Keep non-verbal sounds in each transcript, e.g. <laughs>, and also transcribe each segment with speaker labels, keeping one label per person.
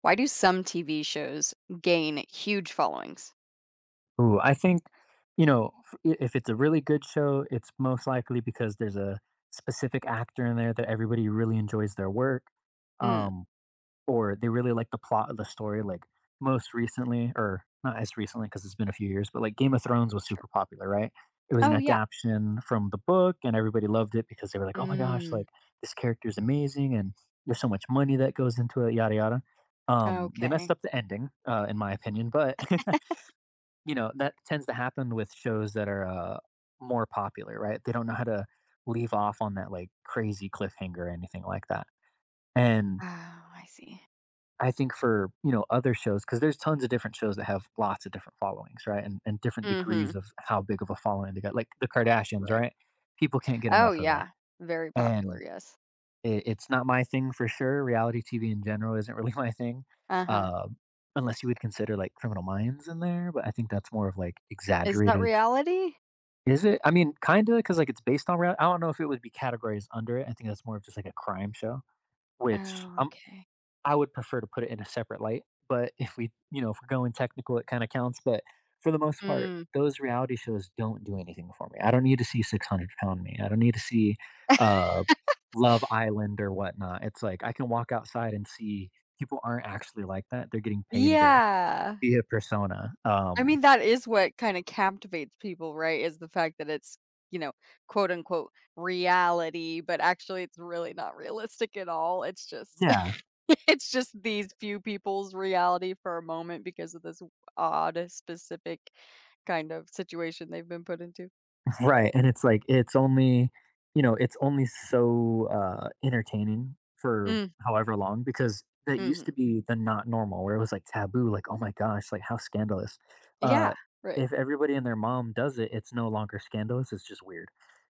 Speaker 1: Why do some TV shows gain huge followings?
Speaker 2: Ooh, I think, you know, if it's a really good show, it's most likely because there's a specific actor in there that everybody really enjoys their work,
Speaker 1: Mm,
Speaker 2: um, or they really like the plot of the story. Like most recently, or not as recently because it's been a few years, but like Game of Thrones was
Speaker 1: sure.
Speaker 2: super popular, right? It was an
Speaker 1: Oh, yeah.
Speaker 2: adaptation from the book, and everybody loved it because they were like, "Oh my gosh,
Speaker 1: Mm,
Speaker 2: like this character is amazing, and there's so much money that goes into it, yada yada." They messed
Speaker 1: okay.
Speaker 2: up the ending, in my opinion, but <laughs> You know, that tends to happen with shows that are, more popular, right? They don't know how to leave off on that, like, crazy cliffhanger or anything like that, and
Speaker 1: Oh, I see.
Speaker 2: I think for, you know, other shows, because there's tons of different shows that have lots of different followings, right? And different degrees
Speaker 1: Hmm.
Speaker 2: of how big of a following they got, like, The Kardashians,
Speaker 1: Right.
Speaker 2: right? People can't get
Speaker 1: Oh,
Speaker 2: enough of that,
Speaker 1: yeah. Very popular,
Speaker 2: and
Speaker 1: yes.
Speaker 2: it's not my thing for sure, reality TV in general isn't really <laughs> my thing,
Speaker 1: Uh-huh.
Speaker 2: um, unless you would consider, like, Criminal Minds in there, but I think that's more of, like,
Speaker 1: Is that
Speaker 2: exaggerated.
Speaker 1: reality?
Speaker 2: Is it? I mean, kinda, of, because like, it's based on rea I don't know if it would be categorized under it. I think that's more of just, like, a crime show, which,
Speaker 1: Oh, okay.
Speaker 2: I would prefer to put it in a separate light, but <laughs> if we you know, if we're going technical, it kinda counts, but for the most part,
Speaker 1: Mm.
Speaker 2: those reality shows don't do anything for me. I don't need to see 600 Pound me. I don't need to see, uh, Love Island or whatnot. It's like, I can walk outside and see people aren't actually like that. They're getting paid to
Speaker 1: Yeah.
Speaker 2: be a persona.
Speaker 1: I mean, that is what kinda captivates people, right? Is the fact that it's, you know, quote, unquote, "reality," but actually it's really not realistic at all. It's just
Speaker 2: Yeah.
Speaker 1: <laughs> it's just these few people's reality for a moment because of this odd, specific kind of situation they've been put into.
Speaker 2: Right, and it's like it's only, you know, it's only so, entertaining for
Speaker 1: Mm,
Speaker 2: however long because that used
Speaker 1: mhm.
Speaker 2: to be the not normal where it was like taboo, like, "Oh my gosh, like how scandalous." Uh,
Speaker 1: Yeah, right.
Speaker 2: if everybody and their mom does it, it's no longer scandalous, it's just weird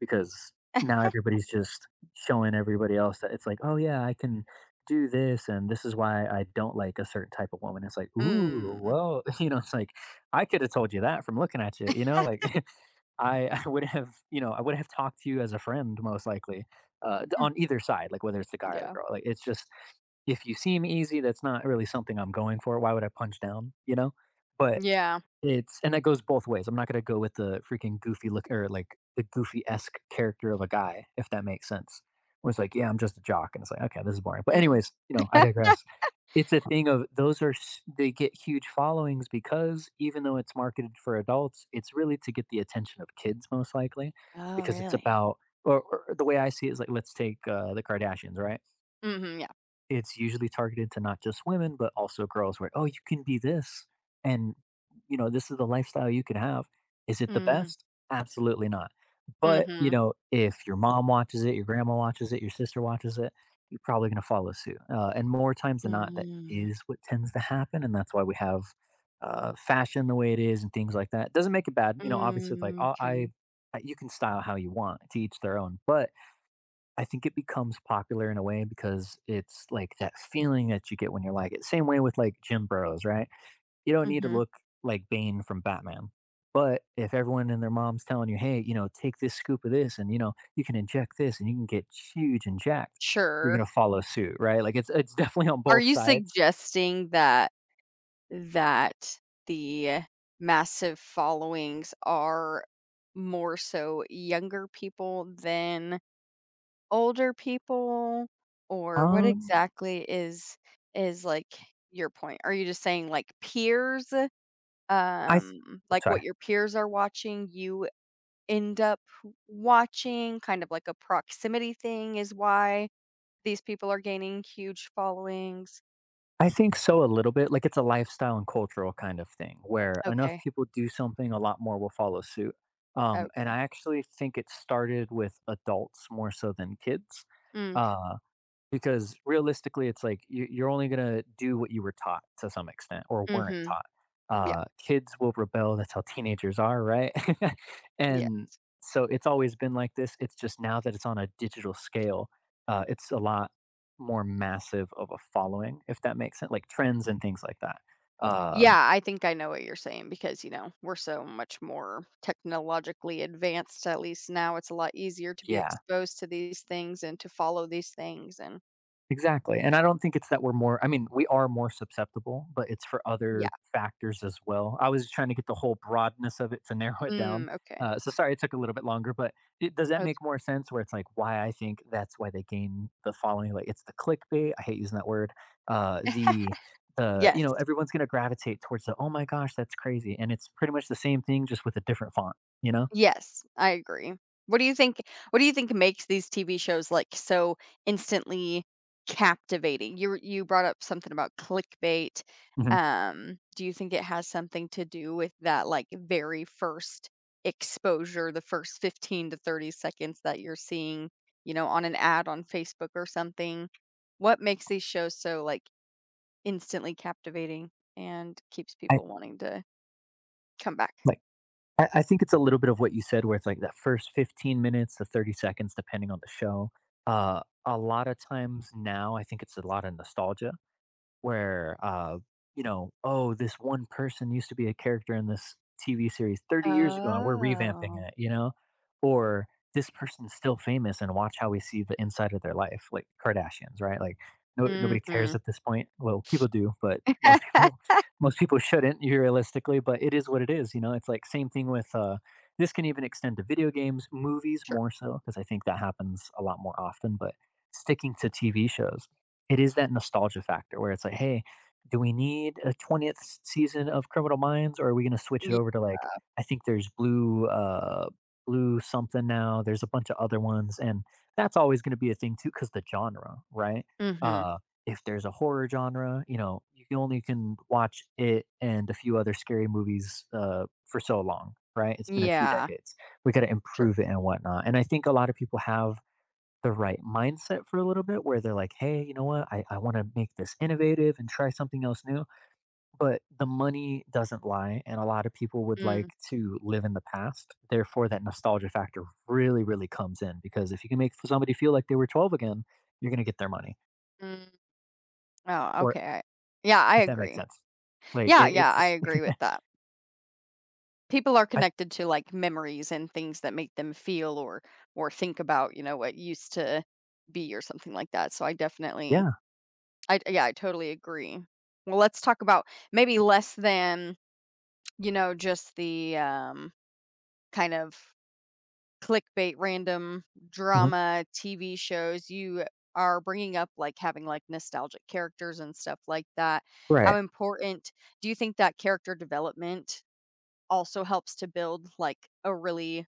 Speaker 2: because now
Speaker 1: <laughs>
Speaker 2: everybody's just showing everybody else that it's like, "Oh yeah, I can do this and this is why I don't like a certain type of woman." It's like, "Ooh,
Speaker 1: Mm,
Speaker 2: well," <laughs> you know, it's like, "I could have told you that from looking at you," you know, like <laughs> I <laughs> I would have, you know, I would have talked to you as a friend most likely,
Speaker 1: mm,
Speaker 2: on either side, like whether it's the guy or the
Speaker 1: yeah.
Speaker 2: girl. Like it's just if you seem easy, that's not really something I'm going for. Why would I punch down? You know? But
Speaker 1: Yeah,
Speaker 2: it's and that goes both ways. I'm not gonna go with the freaking goofy look or like the goofy-esque character of a guy, if that makes sense. Where it's like, "Yeah, I'm just a jock," and it's like, "Okay, this is boring." But
Speaker 1: mm.
Speaker 2: anyways, you know, I
Speaker 1: <laughs>
Speaker 2: digress. It's a thing of those are s they get huge followings because even though it's marketed for adults, it's really to get the attention of kids most likely
Speaker 1: Oh,
Speaker 2: because it's
Speaker 1: really?
Speaker 2: about or the way I see it is like, let's take, the Kardashians, right?
Speaker 1: Mhm, yeah.
Speaker 2: It's usually targeted to not just women, but also girls where, "Oh, you can be this, and, you know, this is the lifestyle you can have." Is it the
Speaker 1: Mm,
Speaker 2: best? Absolutely not. But, you
Speaker 1: mhm.
Speaker 2: know, if your mom watches it, your grandma watches it, your sister watches it, you're probably gonna follow suit. And more times than not, that
Speaker 1: Mm.
Speaker 2: is what tends to happen, and that's why we have, fashion the way it is and things like that. Doesn't make it bad, you know, obviously, it's like,
Speaker 1: Mm,
Speaker 2: "Oh,
Speaker 1: 'kay.
Speaker 2: I" you can style how you want, to each their own, but I think it becomes popular in a way because it's like that feeling that you get when you're like it. Same way with like Jim Bros, right? You don't need to
Speaker 1: Mhm.
Speaker 2: look like Bane from Batman. But if everyone and their mom's telling you, hey, you know, take this scoop of this and you know, you can inject this and you can get huge and jacked, you're
Speaker 1: Sure.
Speaker 2: gonna follow suit, right? Like it's <laughs> definitely on
Speaker 1: Are
Speaker 2: both
Speaker 1: you
Speaker 2: sides.
Speaker 1: suggesting that that the massive followings are more so younger people than older people? Or what
Speaker 2: Um
Speaker 1: exactly is like your point? Are you just saying like peers?
Speaker 2: I th- I'm
Speaker 1: Like
Speaker 2: sorry.
Speaker 1: what your peers are watching, you end up watching, kind of like a proximity thing is why these people are gaining huge followings?
Speaker 2: I think so a little bit, like, it's a lifestyle and cultural kind of thing where enough
Speaker 1: Okay,
Speaker 2: people do something, a lot more will follow suit, and
Speaker 1: okay.
Speaker 2: I actually think it started with adults more so than kids,
Speaker 1: M'kay.
Speaker 2: uh because realistically, it's like you're only gonna do what you were taught to some extent or weren't
Speaker 1: Mhm.
Speaker 2: taught.
Speaker 1: Yeah,
Speaker 2: Kids will rebel, that's how teenagers are, right? <laughs>
Speaker 1: yeah.
Speaker 2: And so it's always been like this, it's just now that it's on a digital scale, it's a lot more massive of a following, if that makes sense, like trends and things like that. Um,
Speaker 1: Yeah, I think I know what you're saying because, we're so much more technologically advanced, at least now it's a lot easier to be
Speaker 2: yeah.
Speaker 1: exposed to these things and to follow these things and
Speaker 2: Exactly, and I don't think it's that we're more I mean, we are more susceptible, but it's for
Speaker 1: yeah.
Speaker 2: other factors as well. I was just trying to get the whole broadness of it to <laughs> narrow it down.
Speaker 1: Mm, okay.
Speaker 2: So sorry it took a little bit longer, but does that
Speaker 1: That's
Speaker 2: make more sense where it's like why I think that's why they gain the following? Like it's the clickbait. I hate using that word. Uh, the
Speaker 1: <laughs>
Speaker 2: the you
Speaker 1: yes.
Speaker 2: know everyone's gonna gravitate towards the oh my gosh that's crazy, and it's pretty much the same thing just with a different font. You know?
Speaker 1: Yes, I agree. What do you think what do you think makes these TV shows, like, so instantly captivating? You brought up something about clickbait.
Speaker 2: hmm
Speaker 1: Do you think it has something to do with that, like, very first exposure, the first 15 to 30 seconds that you're seeing, on an ad on Facebook or something? What makes these shows so, like, instantly captivating and keeps
Speaker 2: I
Speaker 1: people wanting to come back?
Speaker 2: like I think it's a little bit of what you said, where it's like that first 15 minutes to 30 seconds, depending on the show. A lot of times now, I think it's a lot of nostalgia where you know, oh, this one person used to be a character in this TV series 30 years ago, and we're revamping
Speaker 1: Oh.
Speaker 2: it, you know, or this person's still famous, and watch how we see the inside of their life, like Kardashians, right? Like, no, nobody cares
Speaker 1: Mhm.
Speaker 2: at this point. Well, people do, but most people,
Speaker 1: <laughs>
Speaker 2: <laughs> most people shouldn't realistically. But it is what it is, you know. It's like same thing with this can even extend to video games, movies
Speaker 1: Sure.
Speaker 2: more so because I think that happens a lot more often. But sticking to TV shows, it is that nostalgia factor where it's like, "Hey, do we need a 20th season of Criminal Minds, or are we gonna switch it
Speaker 1: Ye
Speaker 2: over to, like" I think there's Blue, Blue something now, there's a bunch of other ones, and that's always gonna be a thing too, because the genre, right?
Speaker 1: mhm.
Speaker 2: Uh, if there's a horror genre, you know, you can only can watch it and a few other scary movies, for so long, right? It's been a few
Speaker 1: Yeah.
Speaker 2: decades. We gotta
Speaker 1: Sure.
Speaker 2: improve it and whatnot, and I think a lot of people have the right mindset for a little bit where they're like, hey, you know what? I want to make this innovative and try something else new. But the money doesn't lie. And a lot of people would
Speaker 1: Mhm.
Speaker 2: like to live in the past. Therefore, that nostalgia factor really, really comes in because if you can make somebody feel like they were 12 again, you're going to get their money.
Speaker 1: Oh,
Speaker 2: Or
Speaker 1: okay, I yeah, I
Speaker 2: if that makes
Speaker 1: agree.
Speaker 2: sense. Like
Speaker 1: Yeah,
Speaker 2: it, it
Speaker 1: yeah, I
Speaker 2: just,
Speaker 1: agree with
Speaker 2: <laughs>
Speaker 1: that. People are
Speaker 2: I,
Speaker 1: connected to, like, memories and things that make them feel or think about, what used to be or something like that, so I definitely
Speaker 2: yeah.
Speaker 1: I yeah, I totally agree. Well, let's talk about maybe less than, just the, kind of clickbait, random
Speaker 2: mhm,
Speaker 1: drama TV shows, you are bringing up, like, having, like, nostalgic characters and stuff like that. How
Speaker 2: Right.
Speaker 1: important do you think that character development also helps to build, like, a really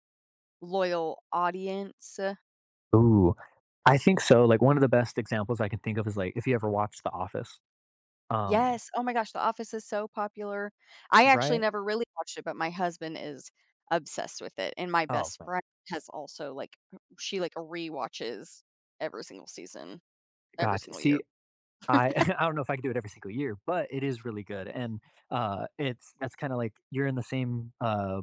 Speaker 1: loyal audience?
Speaker 2: Ooh. I think so. Like one of the best examples I can think of is like if you ever watched The Office. Um,
Speaker 1: Yes, oh my gosh, The Office is so popular. I actually
Speaker 2: right?
Speaker 1: never really watched it, but my husband is obsessed with it, and my
Speaker 2: Oh,
Speaker 1: best
Speaker 2: man.
Speaker 1: friend has also, like, rewatches every single season, every
Speaker 2: God.
Speaker 1: single year.
Speaker 2: See, I <laughs> I don't know if I could do it every single year, but it is really good, and, it's that's kinda like you're in the same,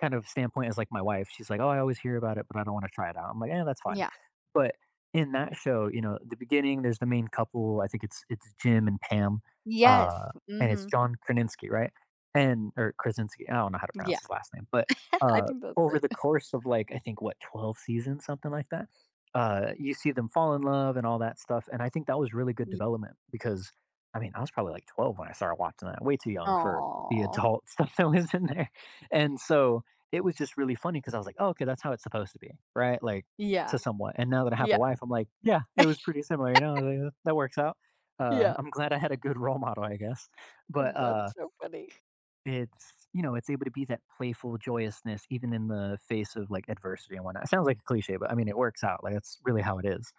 Speaker 2: kind of standpoint as like my wife. She's like, "Oh, I always hear about it, but I don't want to try it out." I'm like, "Yeah, that's fine."
Speaker 1: Yeah.
Speaker 2: But in that show, you know, the beginning, there's the main couple. I think it's Jim and Pam,
Speaker 1: Yes.
Speaker 2: uh, and it's
Speaker 1: Mhm.
Speaker 2: John Krasinski, right? And or Krasinski. I don't know how to pronounce
Speaker 1: Yeah.
Speaker 2: his last name, but
Speaker 1: <laughs> I
Speaker 2: uh,
Speaker 1: think that's
Speaker 2: over the
Speaker 1: right.
Speaker 2: course of like I think what 12 seasons, something like that, you see them fall in love and all that stuff. And I think that was really good
Speaker 1: Ye
Speaker 2: development because. I mean, I was probably like 12 when I started watching that. Way too young for the
Speaker 1: aw.
Speaker 2: adult <laughs> stuff that was in there. And so, it was just really funny because I was like, "Oh, okay, that's how it's supposed to be," right? Like,
Speaker 1: Yeah.
Speaker 2: to somewhat, and now that I have a
Speaker 1: Yeah.
Speaker 2: wife, I'm like, "Yeah, it was pretty similar, you know, like, that works out."
Speaker 1: Yeah.
Speaker 2: I'm glad I had a good role model, I guess, but,
Speaker 1: That's so funny.
Speaker 2: it's able to be that playful joyousness even in the face of, like, adversity and whatnot. It sounds like a cliche, but I mean, it works out, like, that's really how it is,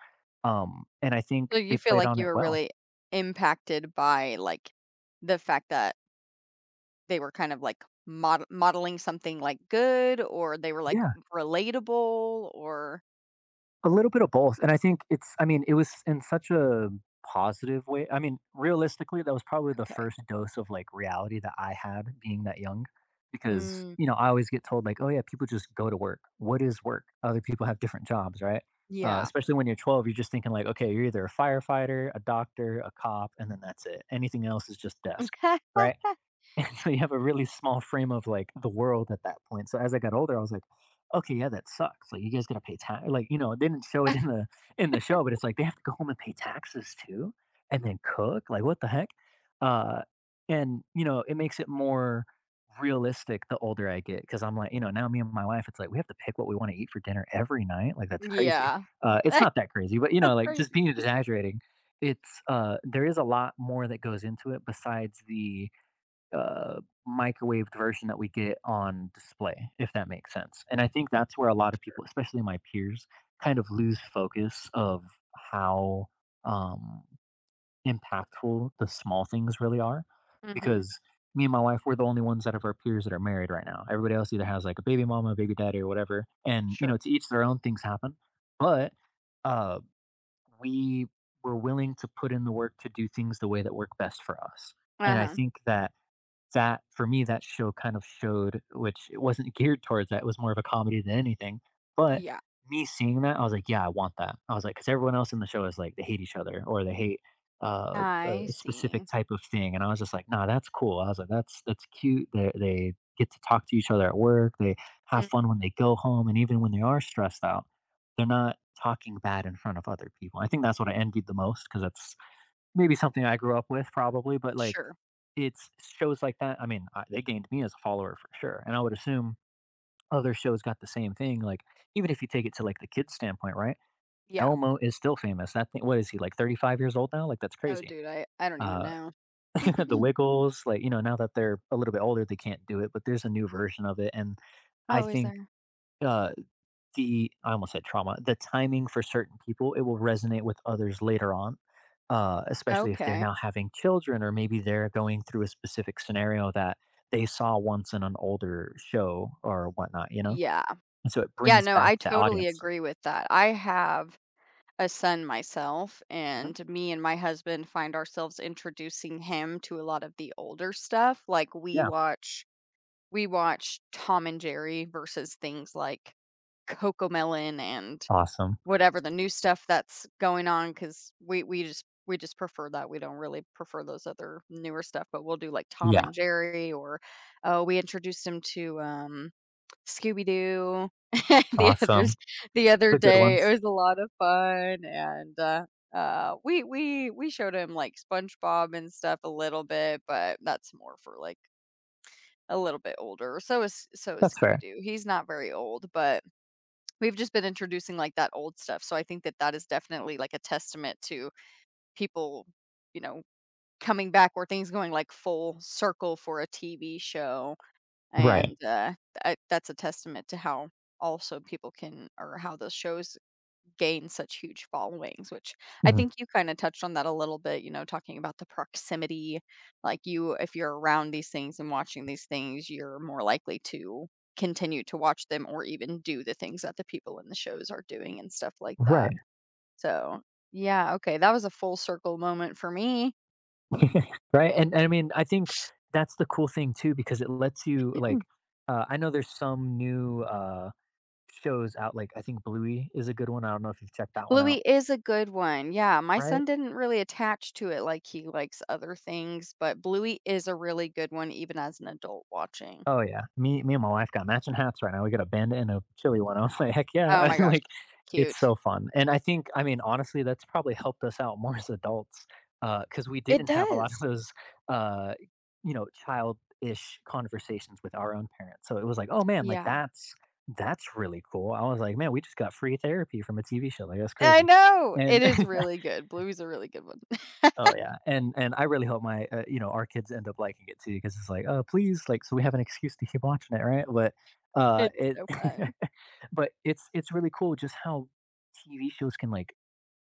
Speaker 2: and I think
Speaker 1: So you
Speaker 2: they
Speaker 1: feel
Speaker 2: played
Speaker 1: like
Speaker 2: on
Speaker 1: you
Speaker 2: it
Speaker 1: were
Speaker 2: well.
Speaker 1: really impacted by, like, the fact that they were kind of, like, modeling something, like, good or they were, like,
Speaker 2: Yeah.
Speaker 1: relatable or
Speaker 2: A little bit of both, and I mean, it was in such a positive way. I mean, realistically, that was probably the
Speaker 1: okay.
Speaker 2: first dose of, like, reality that I had being that young because,
Speaker 1: Mm,
Speaker 2: you know, I always get told, like, "Oh, yeah, people just go to work." What is work? Other people have different jobs, right?
Speaker 1: yeah.
Speaker 2: Especially when you're 12, you're just thinking, like, "Okay, you're either a firefighter, a doctor, a cop, and then that's it. Anything else is just desk." Right?
Speaker 1: <laughs>
Speaker 2: And <laughs> so you have a really small frame of like the world at that point. So as I got older, I was like, okay, yeah, that sucks. Like you guys gotta pay tax. Like you know, it didn't show it in the show, but it's like they have to go home and pay taxes too, and then cook. Like what the heck? Uh, and you know, it makes it more realistic the older I get because I'm like, you know, now me and my wife, it's like we have to pick what we want to eat for dinner every night. Like that's crazy.
Speaker 1: Yeah.
Speaker 2: It's not that crazy, but you know,
Speaker 1: That's
Speaker 2: like just
Speaker 1: crazy.
Speaker 2: being exaggerating. It's There is a lot more that goes into it besides the uh, microwaved version that we get on display, if that makes sense. And I think that's where a lot of people, especially my peers, kind of lose focus of how, um, impactful the small things really are.
Speaker 1: Mhm.
Speaker 2: Because me and my wife, we're the only ones out of our peers that are married right now. Everybody else either has like a baby mama, a baby daddy, or whatever. And, you
Speaker 1: Sure.
Speaker 2: know, to each their own things happen. But, uh, we were willing to put in the work to do things the way that work best for us. And I
Speaker 1: Uh-huh.
Speaker 2: think that that for me, that show kind of showed which it wasn't geared towards that, it was more of a comedy than anything, but
Speaker 1: Yeah.
Speaker 2: me seeing that, I was like, "Yeah, I want that." I was like, because everyone else in the show is like, they hate each other or they hate,
Speaker 1: I
Speaker 2: a specific
Speaker 1: see.
Speaker 2: type of thing, and I was just like, "Nah, that's cool." I was like, "That's cute." They get to talk to each other at work, they have
Speaker 1: Mm,
Speaker 2: fun when they go home, and even when they are stressed out, they're not talking bad in front of other people. I think that's what I envied the most because that's maybe something I grew up with probably, but, like,
Speaker 1: sure.
Speaker 2: it's shows like that. I mean, I they gained me as a follower for sure, and I would assume other shows got the same thing, like, even if you take it to, like, the kids' standpoint, right?
Speaker 1: Yeah.
Speaker 2: Elmo is still famous. That thing what is he, like, 35 years old now? Like, that's
Speaker 1: Oh,
Speaker 2: crazy.
Speaker 1: dude, I don't even
Speaker 2: Uh,
Speaker 1: know.
Speaker 2: <laughs> The
Speaker 1: <clears throat>
Speaker 2: Wiggles, like, you know, now that they're a little bit older, they can't do it, but there's a new version of it, and I
Speaker 1: Oh, is
Speaker 2: think,
Speaker 1: there?
Speaker 2: uh the I almost said trauma, the timing for certain people, it will resonate with others later on. Especially if they're
Speaker 1: Okay.
Speaker 2: now having children, or maybe they're going through a specific scenario that they saw once in an older show or whatnot, you know?
Speaker 1: Yeah.
Speaker 2: And so it
Speaker 1: Yeah,
Speaker 2: brings
Speaker 1: no,
Speaker 2: back
Speaker 1: I
Speaker 2: the
Speaker 1: totally
Speaker 2: audience.
Speaker 1: agree with that. I have a son myself,
Speaker 2: Mhm.
Speaker 1: and me and my husband find ourselves introducing him to a lot of the older stuff. Like
Speaker 2: Yeah.
Speaker 1: we watch Tom and Jerry versus things like Cocomelon and
Speaker 2: Awesome.
Speaker 1: whatever the new stuff that's going on, because we just prefer that, we don't really prefer those other newer stuff, but we'll do, like, Tom
Speaker 2: Yeah.
Speaker 1: and Jerry or, oh, we introduced him to, Scooby-Doo <laughs> the others
Speaker 2: Awesome.
Speaker 1: the other
Speaker 2: The good
Speaker 1: day. It
Speaker 2: ones.
Speaker 1: was a lot of fun, and, we showed him, like, SpongeBob and stuff a little bit, but that's more for, like, a little bit older. So is
Speaker 2: That's fair.
Speaker 1: Scooby-Doo. He's not very old, but we've just been introducing, like, that old stuff, so I think that is definitely, like, a testament to people, you know, coming back or things going, like, full circle for a TV show, and,
Speaker 2: Right.
Speaker 1: I that's a testament to how also people can or how those shows gain such huge followings, which I
Speaker 2: Mhm.
Speaker 1: think you kinda touched on that a little bit, talking about the proximity, like, you if you're around these things and watching these things, you're more likely to continue to watch them or even do the things that the people in the shows are doing and stuff like that.
Speaker 2: Right.
Speaker 1: So, yeah, okay, that was a full circle moment for me.
Speaker 2: <laughs> Right. And I mean, I think that's the cool thing too, because it lets you, like,
Speaker 1: <clears throat>
Speaker 2: I know there's some new, shows out, like, I think Bluey is a good one. I don't know if you've checked that one out.
Speaker 1: Bluey is a good one, yeah, my
Speaker 2: Right?
Speaker 1: son didn't really attach to it like he likes other things, but Bluey is a really good one even as an adult watching.
Speaker 2: Oh, yeah. Me and my wife got matching hats right now. We got a bandit and a chili one. I was <laughs> like, "Heck
Speaker 1: Oh
Speaker 2: yeah."
Speaker 1: my
Speaker 2: <laughs>
Speaker 1: gosh,
Speaker 2: Like, it's
Speaker 1: cute.
Speaker 2: so fun. And I mean, honestly, that's probably helped us out more as adults. Because we
Speaker 1: It
Speaker 2: didn't have a lot of
Speaker 1: does.
Speaker 2: those, uh, you know, childish conversations with our own parents. So it was like, "Oh, man, like,
Speaker 1: Yeah.
Speaker 2: that's really cool." I was like, "Man, we just got free therapy from a TV show. Like, that's
Speaker 1: I
Speaker 2: crazy."
Speaker 1: know. It
Speaker 2: And
Speaker 1: is
Speaker 2: <laughs>
Speaker 1: really good. Bluey's a really good one.
Speaker 2: oh
Speaker 1: <laughs>
Speaker 2: yeah, and I really hope my you know our kids end up liking it too, because it's like oh please, like so we have an excuse to keep watching it, right? but
Speaker 1: It's
Speaker 2: it
Speaker 1: so
Speaker 2: <laughs>
Speaker 1: fun.
Speaker 2: But it's really cool just how TV shows can like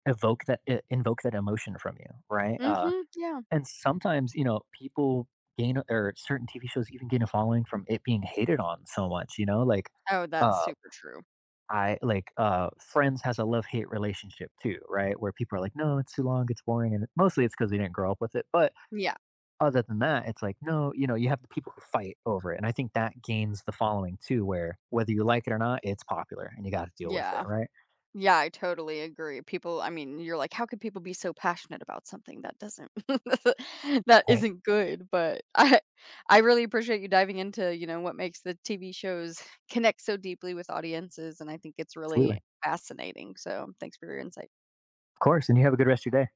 Speaker 2: invoke that emotion from you, right?
Speaker 1: Mhm, yeah.
Speaker 2: And sometimes you know people gain, or certain TV shows even gain a following from it being hated on so much, you know? Like,
Speaker 1: Oh, that's
Speaker 2: uh
Speaker 1: super true.
Speaker 2: I like, Friends has a love-hate relationship too, right? Where people are like, "No, it's too long, it's boring." And mostly it's because they didn't grow up with it. But
Speaker 1: Yeah,
Speaker 2: other than that, it's like, no, you know, you have the people who fight over it. And I think that gains the following too, where whether you like it or not, it's popular and you got to deal with it,
Speaker 1: yeah.
Speaker 2: right?
Speaker 1: Yeah, I totally agree. People you're like, "How could people be so passionate about something that doesn't <laughs> that
Speaker 2: Right.
Speaker 1: isn't good?" But <laughs> I really appreciate you diving into, what makes the TV shows <laughs> connect so deeply with audiences, and I think it's really
Speaker 2: Absolutely.
Speaker 1: fascinating. So, thanks for your insight.
Speaker 2: Of course. And you have a good rest of your day.